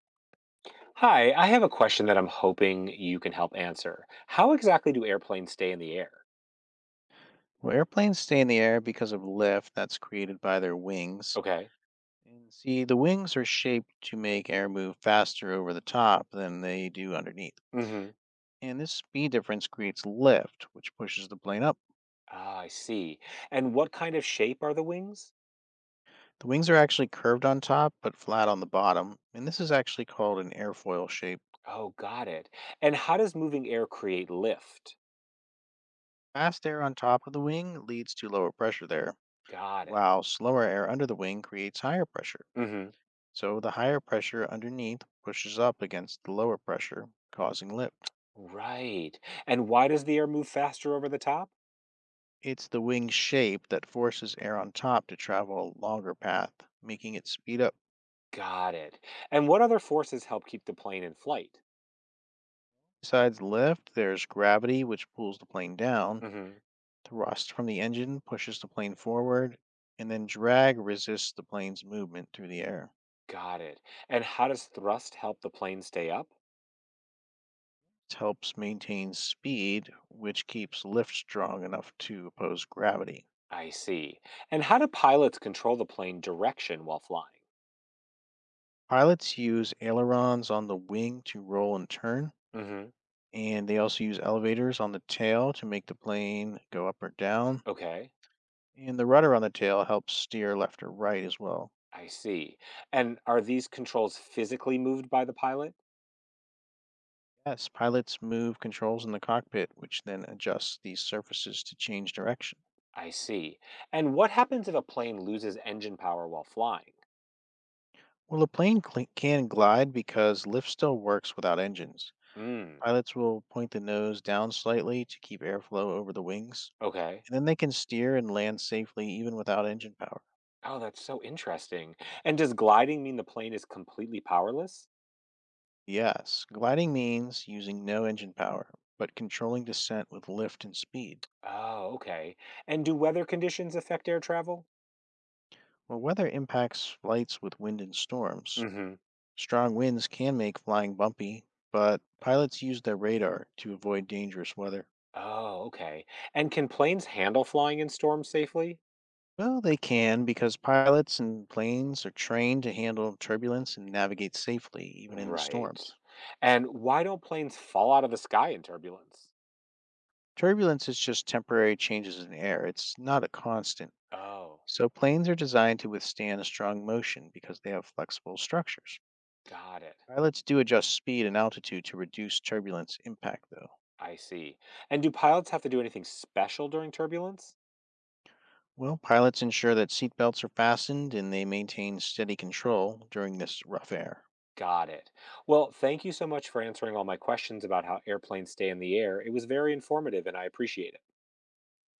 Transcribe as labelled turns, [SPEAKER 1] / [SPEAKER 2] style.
[SPEAKER 1] Hi, I have a question that I'm hoping you can help answer. How exactly do airplanes stay in the air?
[SPEAKER 2] Well, airplanes stay in the air because of lift that's created by their wings.
[SPEAKER 1] Okay.
[SPEAKER 2] And see, the wings are shaped to make air move faster over the top than they do underneath.
[SPEAKER 1] Mm-hmm.
[SPEAKER 2] And this speed difference creates lift, which pushes the plane up.
[SPEAKER 1] Ah, I see. And what kind of shape are the wings?
[SPEAKER 2] The wings are actually curved on top, but flat on the bottom. And this is actually called an airfoil shape.
[SPEAKER 1] Oh, got it. And how does moving air create lift?
[SPEAKER 2] Fast air on top of the wing leads to lower pressure there,
[SPEAKER 1] Got it.
[SPEAKER 2] while slower air under the wing creates higher pressure.
[SPEAKER 1] Mm-hmm.
[SPEAKER 2] So the higher pressure underneath pushes up against the lower pressure, causing lift.
[SPEAKER 1] Right. And why does the air move faster over the top?
[SPEAKER 2] It's the wing shape that forces air on top to travel a longer path, making it speed up.
[SPEAKER 1] Got it. And what other forces help keep the plane in flight?
[SPEAKER 2] Besides lift, there's gravity, which pulls the plane down.
[SPEAKER 1] Mm-hmm.
[SPEAKER 2] Thrust from the engine pushes the plane forward, and then drag resists the plane's movement through the air.
[SPEAKER 1] Got it. And how does thrust help the plane stay up?
[SPEAKER 2] It helps maintain speed, which keeps lift strong enough to oppose gravity.
[SPEAKER 1] I see. And how do pilots control the plane direction while flying?
[SPEAKER 2] Pilots use ailerons on the wing to roll and turn,
[SPEAKER 1] Hmm.
[SPEAKER 2] and they also use elevators on the tail to make the plane go up or down.
[SPEAKER 1] Okay.
[SPEAKER 2] And the rudder on the tail helps steer left or right as well.
[SPEAKER 1] I see. And are these controls physically moved by the pilot?
[SPEAKER 2] Yes, pilots move controls in the cockpit, which then adjusts these surfaces to change direction.
[SPEAKER 1] I see. And what happens if a plane loses engine power while flying?
[SPEAKER 2] Well, a plane can glide because lift still works without engines.
[SPEAKER 1] Mm.
[SPEAKER 2] Pilots will point the nose down slightly to keep airflow over the wings,
[SPEAKER 1] Okay.
[SPEAKER 2] and then they can steer and land safely even without engine power.
[SPEAKER 1] Oh, that's so interesting. And does gliding mean the plane is completely powerless?
[SPEAKER 2] Yes, gliding means using no engine power, but controlling descent with lift and speed.
[SPEAKER 1] Oh, okay. And do weather conditions affect air travel?
[SPEAKER 2] Well, weather impacts flights with wind and storms.
[SPEAKER 1] Hmm.
[SPEAKER 2] Strong winds can make flying bumpy, but pilots use their radar to avoid dangerous weather.
[SPEAKER 1] Oh, okay. And can planes handle flying in storms safely?
[SPEAKER 2] Well, they can because pilots and planes are trained to handle turbulence and navigate safely, even in the storms.
[SPEAKER 1] Right. And why don't planes fall out of the sky in turbulence?
[SPEAKER 2] Turbulence is just temporary changes in air, it's not a constant.
[SPEAKER 1] Oh,
[SPEAKER 2] So, planes are designed to withstand a strong motion because they have flexible structures.
[SPEAKER 1] got it.
[SPEAKER 2] Pilots do adjust speed and altitude to reduce turbulence impact, though.
[SPEAKER 1] I see. And do pilots have to do anything special during turbulence?
[SPEAKER 2] Well, pilots ensure that seat belts are fastened and they maintain steady control during this rough air.
[SPEAKER 1] Got it. Well, thank you so much for answering all my questions about how airplanes stay in the air. It was very informative and I appreciate it.